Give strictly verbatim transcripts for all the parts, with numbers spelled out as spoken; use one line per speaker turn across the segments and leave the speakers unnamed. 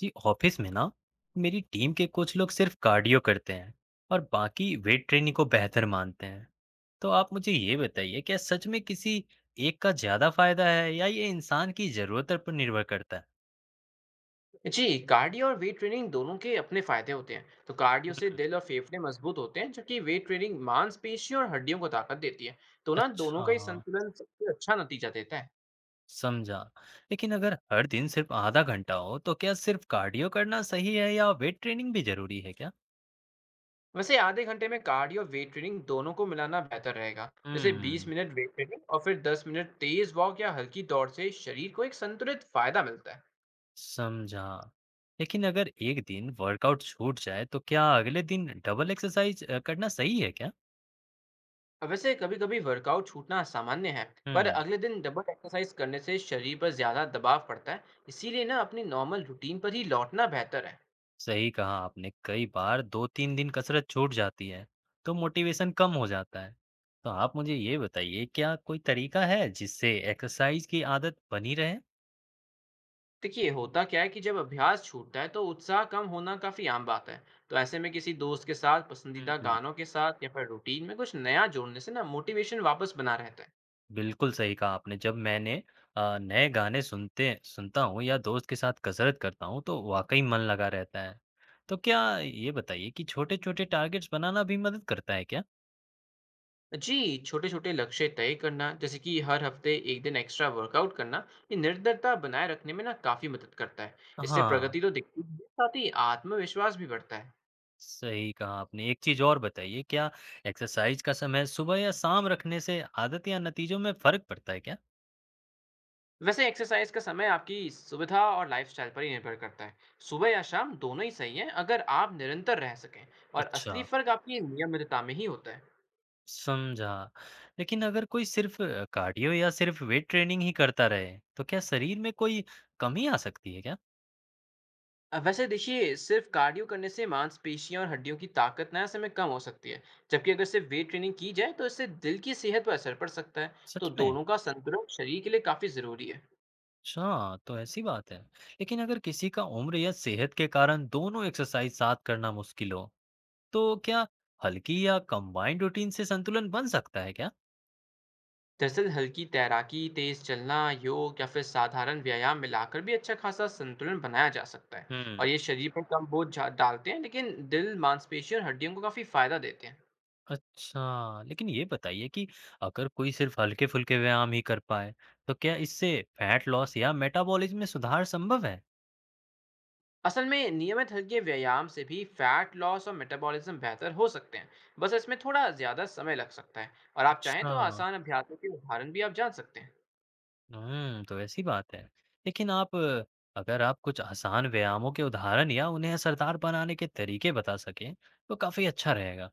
जी office में ना मेरी टीम के कुछ लोग सिर्फ कार्डियो करते हैं और बाकी वेट ट्रेनिंग को बेहतर मानते हैं। तो आप मुझे ये बताइए क्या सच में किसी एक का ज्यादा फायदा है या ये इंसान की जरूरत पर निर्भर करता है।
जी, कार्डियो और वेट ट्रेनिंग दोनों के अपने फायदे होते हैं। तो कार्डियो से
हम्म,
दिल और फेफड़े मजबूत होते हैं, जबकि वेट ट्रेनिंग मांसपेशियों और हड्डियों को ताकत देती है। तो ना दोनों
अच्छा,
का ही संतुलन सबसे अच्छा नतीजा देता है।
समझा। लेकिन अगर हर दिन सिर्फ आधा घंटा हो तो क्या सिर्फ कार्डियो करना सही है या वेट ट्रेनिंग भी जरूरी है क्या?
वैसे आधे घंटे में कार्डियो और वेट ट्रेनिंग दोनों को मिलाना बेहतर रहेगा। जैसे बीस
हम्म,
मिनट वेट ट्रेनिंग और फिर दस मिनट तेज वॉक या हल्की दौड़ से शरीर को एक संतुलित फायदा मिलता है।
समझा। लेकिन अगर एक दिन वर्कआउट छूट जाए तो क्या अगले दिन डबल एक्सरसाइज करना सही है क्या?
अब वैसे कभी-कभी वर्कआउट छूटना सामान्य है,
हुँ,
पर अगले दिन डबल एक्सरसाइज करने से शरीर पर ज्यादा दबाव पड़ता है। इसीलिए ना अपनी नॉर्मल रूटीन पर ही लौटना बेहतर है।
सही कहा आपने। कई बार दो तीन दिन कसरत छूट जाती है, तो मोटिवेशन कम हो जाता है। तो आप मुझे ये बताइए क्या कोई तरीका है जिससे एक्सरसाइज की आदत बनी रहे?
देखिए होता क्या है कि जब अभ्यास छूटता है तो उत्साह कम होना काफी आम बात है। तो ऐसे में किसी दोस्त के साथ पसंदीदा
हुँ,
गानों के साथ या फिर रूटीन में कुछ नया जोड़ने से ना मोटिवेशन वापस बना रहता है।
बिल्कुल सही कहा आपने। जब मैंने अ, नए गाने सुनते सुनता हूँ या दोस्त के साथ कसरत करता हूँ तो वाक़ई मन लगा रहता है। तो क्या ये बताइए कि छोटे-छोटे टारगेट्स बनाना भी मदद करता है क्या?
जी छोटे छोटे लक्ष्य तय करना जैसे कि हर हफ्ते एक दिन एक्स्ट्रा वर्कआउट करना, ये निरंतरता बनाए रखने में ना काफी मदद करता है। इससे
हाँ।
प्रगति तो दिखती ही है, साथ ही आत्मविश्वास भी बढ़ता है।
सही कहा आपने। एक चीज़ और बताइए, क्या एक्सरसाइज का समय सुबह या शाम रखने से आदत या नतीजों में फ़र्क पड़ता है क्या?
वैसे एक्सरसाइज का समय आपकी सुविधा और लाइफस्टाइल पर ही निर्भर करता है। सुबह या शाम दोनों ही सही है अगर आप निरंतर रह सकें, और
अच्छा,
असली फर्क आपकी नियमितता में ही होता है।
समझा। लेकिन अगर कोई सिर्फ़ कार्डियो या सिर्फ़ वेट ट्रेनिंग ही करता रहे, तो क्या शरीर में कोई कमी आ सकती है क्या?
अ, वैसे देखिए सिर्फ कार्डियो करने से मांसपेशियों और हड्डियों की ताकत ना ऐसे में कम हो सकती है। जबकि अगर सिर्फ वेट ट्रेनिंग की जाए तो इससे दिल की सेहत पर असर पड़ सकता है। तो
सच में?
दोनों का संतुलन शरीर के लिए काफ़ी ज़रूरी है।
अच्छा, तो ऐसी बात है। लेकिन अगर किसी का उम्र या सेहत के कारण दोनों एक्सरसाइज साथ करना मुश्किल हो, तो क्या हल्की या कंबाइंड रूटीन से संतुलन बन सकता है क्या?
दरअसल हल्की तैराकी, तेज चलना, योग या फिर साधारण व्यायाम मिलाकर भी अच्छा खासा संतुलन बनाया जा सकता है।
हुँ।
और ये शरीर पर कम बोझ झा- डालते हैं, लेकिन दिल, मांसपेशियों और हड्डियों को काफी फायदा देते हैं।
अच्छा, लेकिन ये बताइए कि अगर कोई सिर्फ हल्के-फुल्के व्यायाम ही कर पाए, तो क्या इससे फैट लॉस या मेटाबॉलिज्म में सुधार संभव है?
असल में नियमित हल्के व्यायाम से भी फैट लॉस और मेटाबॉलिज्म बेहतर हो सकते हैं। बस इसमें थोड़ा ज्यादा समय लग सकता है, और आप चाहें
अच्छा,
तो आसान अभ्यासों के उदाहरण भी आप जान सकते हैं।
हुँ, तो ऐसी बात है। लेकिन आप अ, अगर आप कुछ आसान व्यायामों के उदाहरण या उन्हें असरदार बनाने के तरीके बता सकें, तो काफ़ी अच्छा रहेगा।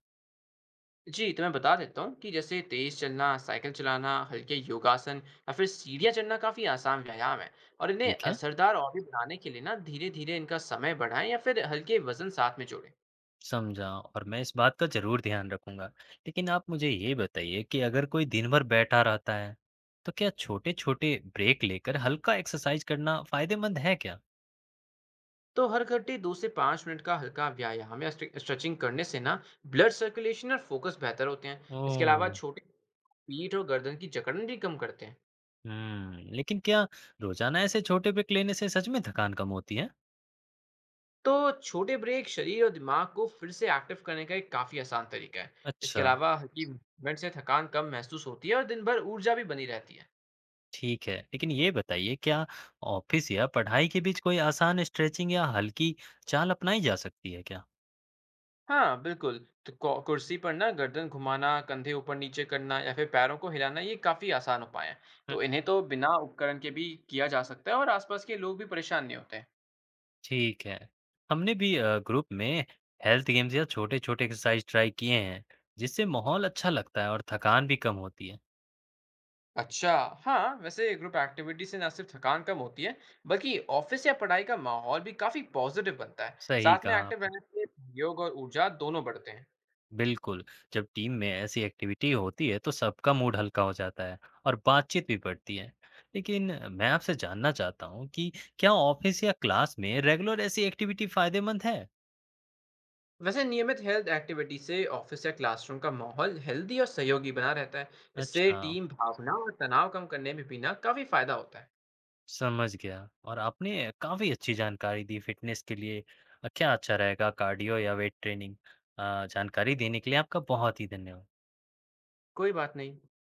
जी, तो मैं बता देता हूँ कि जैसे तेज़ चलना, साइकिल चलाना, हल्के योगासन या फिर सीढ़ियाँ चढ़ना काफ़ी आसान व्यायाम है। और इन्हें
ठीक है?
असरदार और भी बनाने के लिए ना धीरे-धीरे इनका समय बढ़ाएँ या फिर हल्के वज़न साथ में जोड़ें।
समझा, और मैं इस बात का ज़रूर ध्यान रखूँगा। लेकिन आप मुझे ये बताइए कि अगर कोई दिन भर बैठा रहता है, तो क्या छोटे-छोटे ब्रेक लेकर हल्का एक्सरसाइज करना फ़ायदेमंद है क्या?
तो हर घंटे दो से पाँच मिनट का हल्का व्यायाम या स्ट्रे स्ट्रेचिंग करने से ना ब्लड सर्कुलेशन और फोकस बेहतर होते हैं। इसके अलावा
ओह!
छोटे पीठ और गर्दन की जकड़न भी कम करते हैं।
हुँ, लेकिन क्या रोज़ाना ऐसे छोटे ब्रेक लेने से सच में थकान कम होती है?
तो छोटे ब्रेक शरीर और दिमाग को फिर से एक्टिव करने का एक काफ़ी आसान तरीका है। इसके
अच्छा,
अलावा हल्की मूवमेंट से थकान कम महसूस होती है और दिन भर ऊर्जा भी बनी रहती है।
ठीक है। लेकिन ये बताइए क्या ऑफ़िस या पढ़ाई के बीच कोई आसान स्ट्रेचिंग या हल्की चाल अपनाई जा सकती है क्या?
हाँ, बिल्कुल। तो कौ कुर्सी पर ना गर्दन घुमाना, कंधे ऊपर-नीचे करना या फिर पैरों को हिलाना, ये काफ़ी आसान उपाय हैं। तो इन्हें तो बिना उपकरण के भी किया जा सकता है, और आसपास के लोग भी परेशान नहीं होते।
ठीक है। हमने भी अ, ग्रुप में हेल्थ गेम्स या छोटे-छोटे एक्सरसाइज ट्राई किए हैं, जिससे माहौल अच्छा लगता है और थकान भी कम होती है।
अच्छा। हाँ वैसे ग्रुप एक्टिविटी से ना सिर्फ थकान कम होती है, बल्कि ऑफिस या पढ़ाई का माहौल भी काफी पॉजिटिव बनता है।
सही
साथ में
कहा
एक्टिव
आपने,
रहने से योग और ऊर्जा दोनों बढ़ते हैं।
बिल्कुल। जब टीम में ऐसी एक्टिविटी होती है, तो सबका मूड हल्का हो जाता है और बातचीत भी बढ़ती है। लेकिन अ, मैं आपसे जानना चाहता हूँ कि क्या ऑफिस या क्लास में रेगुलर ऐसी एक्टिविटी फायदेमंद है?
वैसे नियमित हेल्थ एक्टिविटी से ऑफिस या क्लासरूम का माहौल हेल्दी और सहयोगी बना रहता है। इससे
अच्छा।
टीम भावना और तनाव कम करने में भी ना काफी फायदा होता है।
समझ गया, और आपने काफ़ी अच्छी जानकारी दी फिटनेस के लिए। अ, क्या अच्छा रहेगा, कार्डियो या वेट ट्रेनिंग। अ, जानकारी देने के लिए आपका बहुत ही धन्यवाद।
कोई बात नहीं।